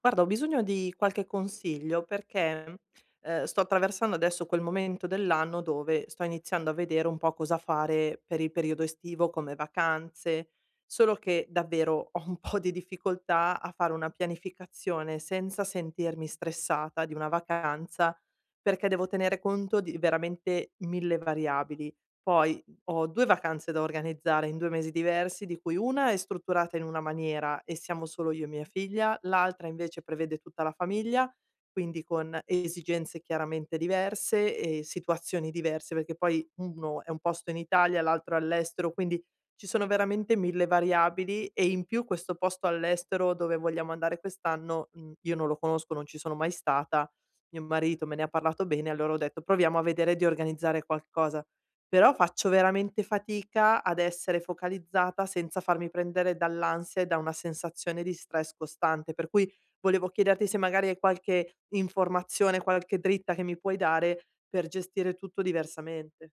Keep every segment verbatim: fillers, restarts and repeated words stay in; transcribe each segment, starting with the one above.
Guarda, ho bisogno di qualche consiglio perché, ehm, sto attraversando adesso quel momento dell'anno dove sto iniziando a vedere un po' cosa fare per il periodo estivo come vacanze, solo che davvero ho un po' di difficoltà a fare una pianificazione senza sentirmi stressata di una vacanza, perché devo tenere conto di veramente mille variabili. Poi ho due vacanze da organizzare in due mesi diversi, di cui una è strutturata in una maniera e siamo solo io e mia figlia, l'altra invece prevede tutta la famiglia, quindi con esigenze chiaramente diverse e situazioni diverse, perché poi uno è un posto in Italia, l'altro è all'estero, quindi ci sono veramente mille variabili e in più questo posto all'estero dove vogliamo andare quest'anno, mhmm, io non lo conosco, non ci sono mai stata, mio marito me ne ha parlato bene, allora ho detto: "Proviamo a vedere di organizzare qualcosa". Però faccio veramente fatica ad essere focalizzata senza farmi prendere dall'ansia e da una sensazione di stress costante. Per cui volevo chiederti se magari hai qualche informazione, qualche dritta che mi puoi dare per gestire tutto diversamente.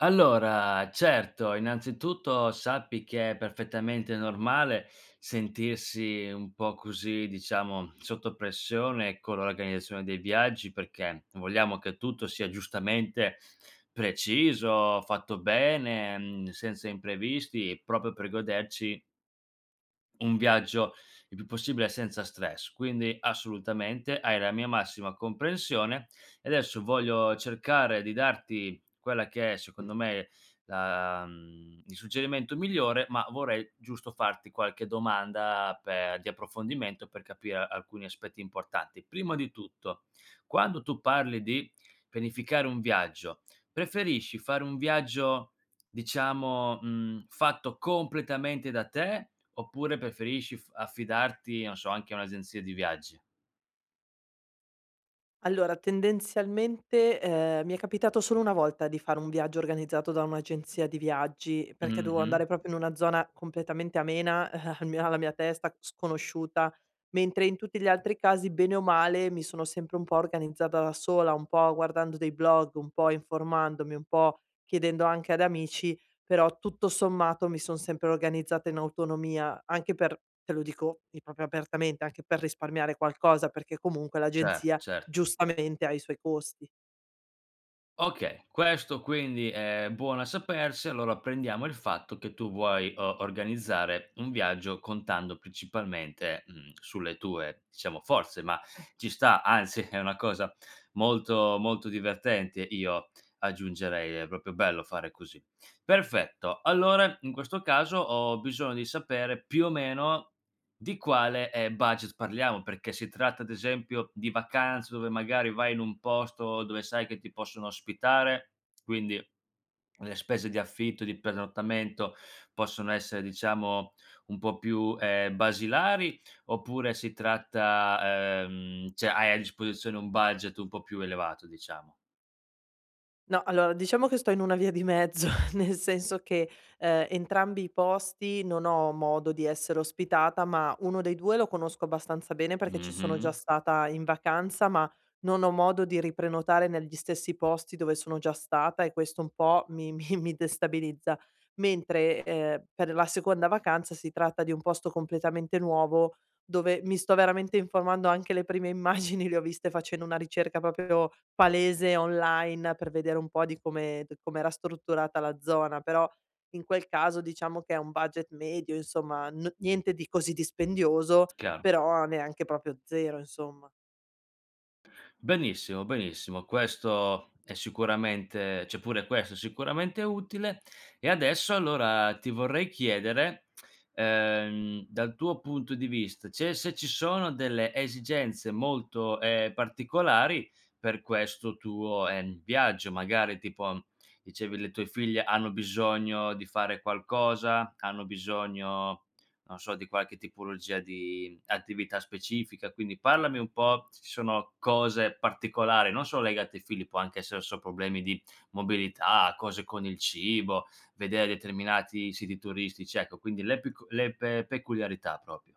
Allora, certo, innanzitutto sappi che è perfettamente normale sentirsi un po' così, diciamo, sotto pressione con l'organizzazione dei viaggi, perché vogliamo che tutto sia giustamente preciso, fatto bene, mm, senza imprevisti, proprio per goderci un viaggio il più possibile senza stress, quindi assolutamente hai la mia massima comprensione e adesso voglio cercare di darti quella che è secondo me la, mhmm, il suggerimento migliore, ma vorrei giusto farti qualche domanda per di approfondimento per capire alcuni aspetti importanti. Prima di tutto, quando tu parli di pianificare un viaggio, preferisci fare un viaggio diciamo, mhmm, fatto completamente da te, oppure preferisci f affidarti, non so, anche a un'agenzia di viaggi? Allora, tendenzialmente, ehm, mi è capitato solo una volta di fare un viaggio organizzato da un'agenzia di viaggi, perché dovevo Mh-mh. andare proprio in una zona completamente amena, al mio alla mia testa, sconosciuta, mentre in tutti gli altri casi, bene o male, mi sono sempre un po' organizzata da sola, un po' guardando dei blog, un po' informandomi, un po' chiedendo anche ad amici, però tutto sommato mi son sempre organizzata in autonomia, anche per te lo dico i proprio apertamente, anche per risparmiare qualcosa, perché comunque Certo, l'agenzia certo. giustamente ha i suoi costi. Okay, questo quindi è buono a sapersi, allora prendiamo il fatto che tu vuoi o organizzare un viaggio contando principalmente, mhmm, sulle tue, diciamo, forze, ma ci sta, anzi è una cosa molto, molto divertente, io aggiungerei, è proprio bello fare così. Perfetto, allora in questo caso ho bisogno di sapere più o meno Di quale, ehm, budget parliamo? Perché si tratta, ad esempio, di vacanze dove magari vai in un posto dove sai che ti possono ospitare, quindi le spese di affitto, di pernottamento possono essere, diciamo, un po' più, ehm, basilari, oppure si tratta, ehm, cioè hai a disposizione un budget un po' più elevato, diciamo. No, allora diciamo che sto in una via di mezzo, nel senso che, ehm, entrambi i posti non ho modo di essere ospitata, ma uno dei due lo conosco abbastanza bene perché ci sono Mh-mh, già stata in vacanza, ma non ho modo di riprenotare negli stessi posti dove sono già stata e questo un po' mi mi mi destabilizza. Mentre, ehm, per la seconda vacanza si tratta di un posto completamente nuovo, dove mi sto veramente informando, anche le prime immagini le ho viste facendo una ricerca proprio palese online per vedere un po' di come d com'era strutturata la zona, però in quel caso diciamo che è un budget medio, insomma, n niente di così dispendioso, chiaro. però neanche proprio zero, insomma. Benissimo, benissimo. Questo è sicuramente, cioè, pure questo è sicuramente utile. E adesso allora ti vorrei chiedere, ehm, dal tuo punto di vista, c'è se ci sono delle esigenze molto, ehm, particolari per questo tuo, ehm, viaggio, magari tipo dicevi le tue figlie hanno bisogno di fare qualcosa, hanno bisogno non so, di qualche tipologia di attività specifica, quindi parlami un po' se ci sono cose particolari, non solo legate ai figli, può anche essere so problemi di mobilità, cose con il cibo, vedere determinati siti turistici, ecco, quindi le pic le pe peculiarità proprio.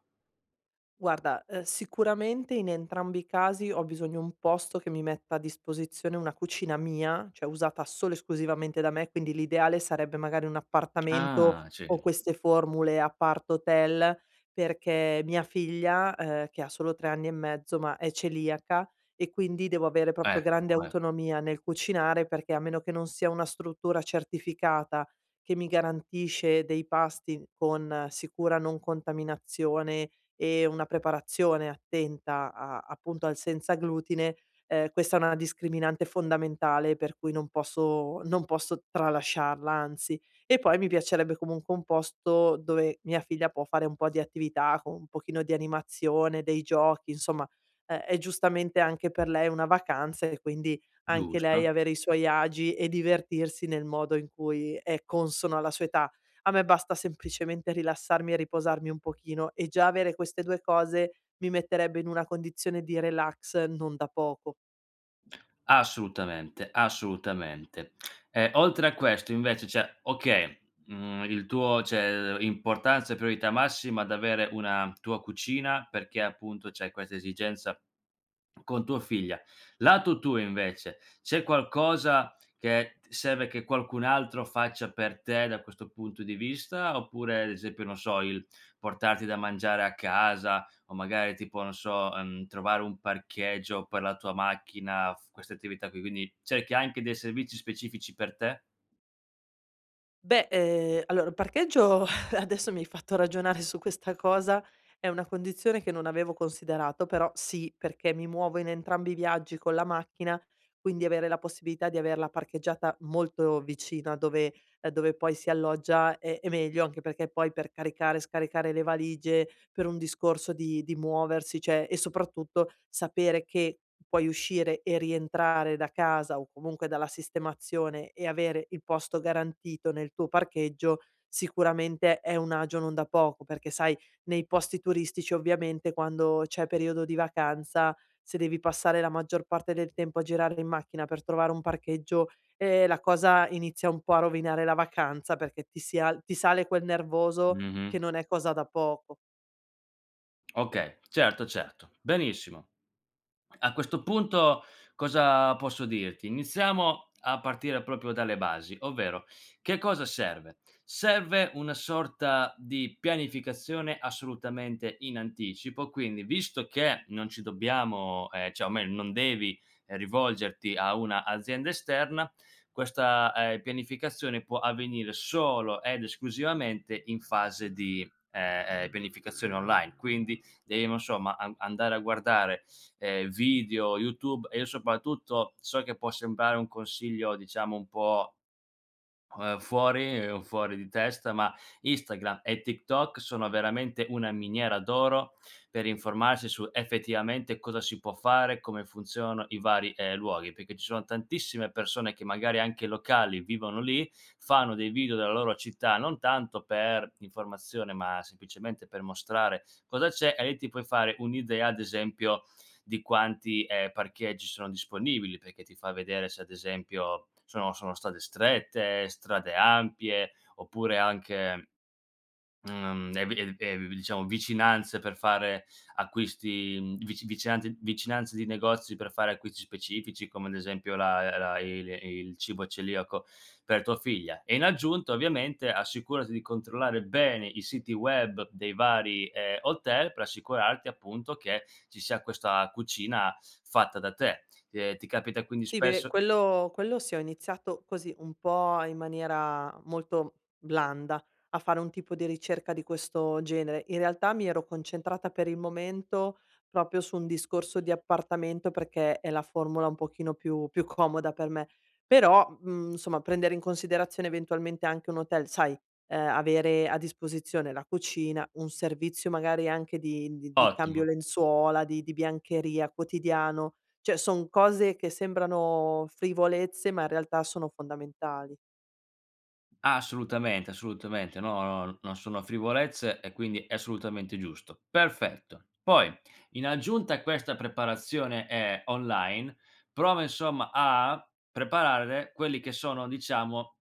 Guarda, ehm, sicuramente in entrambi i casi ho bisogno di un posto che mi metta a disposizione una cucina mia, cioè usata solo e esclusivamente da me, quindi l'ideale sarebbe magari un appartamento Ah, sì, o queste formule apart hotel, perché mia figlia, ehm, che ha solo tre anni e mezzo, ma è celiaca e quindi devo avere proprio ecco, grande ecco, autonomia nel cucinare, perché a meno che non sia una struttura certificata che mi garantisce dei pasti con eh, sicura non contaminazione e una preparazione attenta a appunto al senza glutine, ehm, questa è una discriminante fondamentale per cui non posso non posso tralasciarla, anzi. E poi mi piacerebbe comunque un posto dove mia figlia può fare un po' di attività, con un pochino di animazione, dei giochi, insomma, ehm, è giustamente anche per lei una vacanza e quindi anche lei giusto. avere i suoi agi e divertirsi nel modo in cui è consono alla sua età. A me basta semplicemente rilassarmi e riposarmi un pochino e già avere queste due cose mi metterebbe in una condizione di relax non da poco. Assolutamente, assolutamente. Ehm, oltre a questo invece, cioè, okay, mhmm, il tuo cioè, importanza e priorità massima ad avere una tua cucina perché appunto c'è questa esigenza con tua figlia. Lato tuo invece, c'è qualcosa che serve che qualcun altro faccia per te da questo punto di vista? Oppure ad esempio, non so, il portarti da mangiare a casa o magari tipo, non so, ehm, trovare un parcheggio per la tua macchina, f queste attività qui, quindi cerchi anche dei servizi specifici per te? Beh, ehm, allora il parcheggio adesso mi hai fatto ragionare su questa cosa, è una condizione che non avevo considerato, però sì, perché mi muovo in entrambi i viaggi con la macchina, quindi avere la possibilità di averla parcheggiata molto vicina dove ehm, dove poi si alloggia è è meglio, anche perché poi per caricare e scaricare le valigie, per un discorso di di muoversi, cioè e soprattutto sapere che puoi uscire e rientrare da casa o comunque dalla sistemazione e avere il posto garantito nel tuo parcheggio, sicuramente è un agio non da poco, perché sai nei posti turistici ovviamente quando c'è periodo di vacanza, se devi passare la maggior parte del tempo a girare in macchina per trovare un parcheggio, ehm, la cosa inizia un po' a rovinare la vacanza perché ti si al ti sale quel nervoso che Mh-mh. non è cosa da poco. Okay, certo, certo. Benissimo. A questo punto cosa posso dirti? Iniziamo a partire proprio dalle basi, ovvero che cosa serve? Serve una sorta di pianificazione assolutamente in anticipo, quindi visto che non ci dobbiamo, ehm, cioè, o meglio, non devi, ehm, rivolgerti a una azienda esterna, questa, ehm, pianificazione può avvenire solo ed esclusivamente in fase di, ehm, ehm, pianificazione online. Quindi devi, non so, ma an andare a guardare, ehm, video, YouTube, e io soprattutto so che può sembrare un consiglio diciamo un po', ehm, fuori un fuori di testa, ma Instagram e TikTok sono veramente una miniera d'oro per informarsi su effettivamente cosa si può fare, come funzionano i vari, ehm, luoghi, perché ci sono tantissime persone che magari anche locali vivono lì, fanno dei video della loro città, non tanto per informazione, ma semplicemente per mostrare cosa c'è e lì ti puoi fare un'idea ad esempio di quanti, ehm, parcheggi sono disponibili, perché ti fa vedere se ad esempio sono sono strade strette, strade ampie, oppure anche, Mhmm, e vi e e diciamo vicinanze per fare acquisti, mhmm, vici vicinanze vicinanze di negozi per fare acquisti specifici, come ad esempio la la il il cibo celiaco per tua figlia. E in aggiunta, ovviamente, assicurati di controllare bene i siti web dei vari, ehm, hotel per assicurarti appunto che ci sia questa cucina fatta da te. Ehm, ti capita quindi Sì, beh, spesso? quello quello sì, ho iniziato così, un po' in maniera molto blanda, a fare un tipo di ricerca di questo genere. In realtà mi ero concentrata per il momento proprio su un discorso di appartamento, perché è la formula un pochino più più comoda per me. Però, mhmm, insomma, prendere in considerazione eventualmente anche un hotel, sai, ehm, avere a disposizione la cucina, un servizio magari anche di di di cambio Ottimo. lenzuola, di di biancheria quotidiano, cioè, son cose che sembrano frivolezze, ma in realtà sono fondamentali. Assolutamente, assolutamente. No, no, non sono frivolezze e quindi è assolutamente giusto. Perfetto. Poi, in aggiunta a questa preparazione, ehm, online, prova insomma a preparare quelli che sono, diciamo,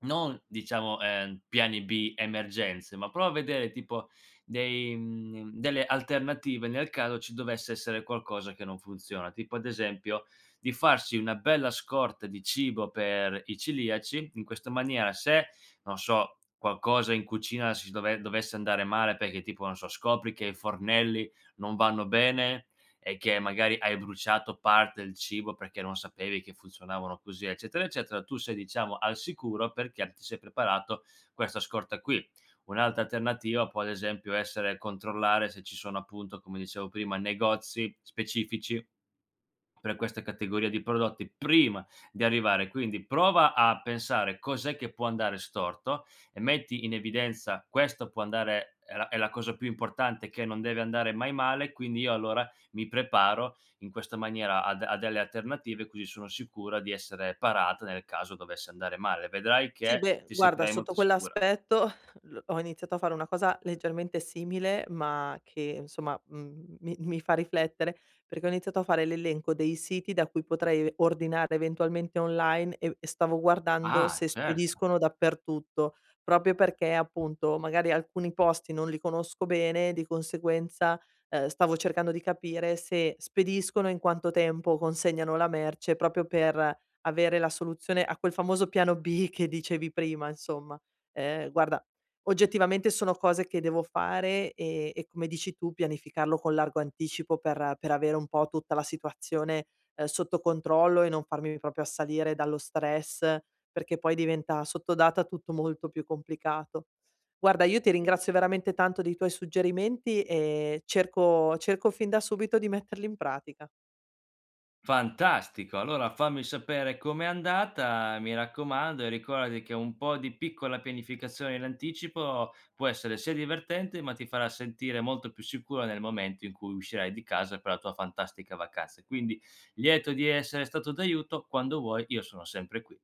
non diciamo, ehm, piani B, emergenze, ma prova a vedere tipo dei mhmm, delle alternative nel caso ci dovesse essere qualcosa che non funziona. Tipo ad esempio di farsi una bella scorta di cibo per i celiaci, in questa maniera se, non so, qualcosa in cucina si dove dovesse andare male perché tipo, non so, scopri che i fornelli non vanno bene e che magari hai bruciato parte del cibo perché non sapevi che funzionavano così, eccetera, eccetera, tu sei diciamo al sicuro perché ti sei preparato questa scorta qui. Un'altra alternativa può ad esempio essere controllare se ci sono appunto, come dicevo prima, negozi specifici per questa categoria di prodotti prima di arrivare. Quindi prova a pensare cos'è che può andare storto e metti in evidenza, questo può andare è la è la cosa più importante che non deve andare mai male, quindi io allora mi preparo in questa maniera a de a delle alternative, così sono sicura di essere parata nel caso dovesse andare male. Vedrai Sì, che beh, ti guarda, sentirai sotto molto sicura. quell'aspetto l ho iniziato a fare una cosa leggermente simile, ma che insomma, mhmm, mi mi fa riflettere, perché ho iniziato a fare l'elenco dei siti da cui potrei ordinare eventualmente online e e stavo guardando Ah, se certo. spediscono dappertutto, proprio perché appunto magari alcuni posti non li conosco bene, di conseguenza, ehm, stavo cercando di capire se spediscono, in quanto tempo consegnano la merce, proprio per avere la soluzione a quel famoso piano bi che dicevi prima insomma. Ehm, guarda, oggettivamente sono cose che devo fare, ehm, e come dici tu pianificarlo con largo anticipo per per avere un po' tutta la situazione, ehm, sotto controllo e non farmi proprio assalire dallo stress, perché poi diventa sottodata tutto molto più complicato. Guarda, io ti ringrazio veramente tanto dei tuoi suggerimenti e cerco cerco fin da subito di metterli in pratica. Fantastico, allora fammi sapere com'è andata, mi raccomando, e ricordati che un po' di piccola pianificazione in anticipo può essere sia divertente, ma ti farà sentire molto più sicuro nel momento in cui uscirai di casa per la tua fantastica vacanza. Quindi lieto di essere stato d'aiuto, quando vuoi io sono sempre qui.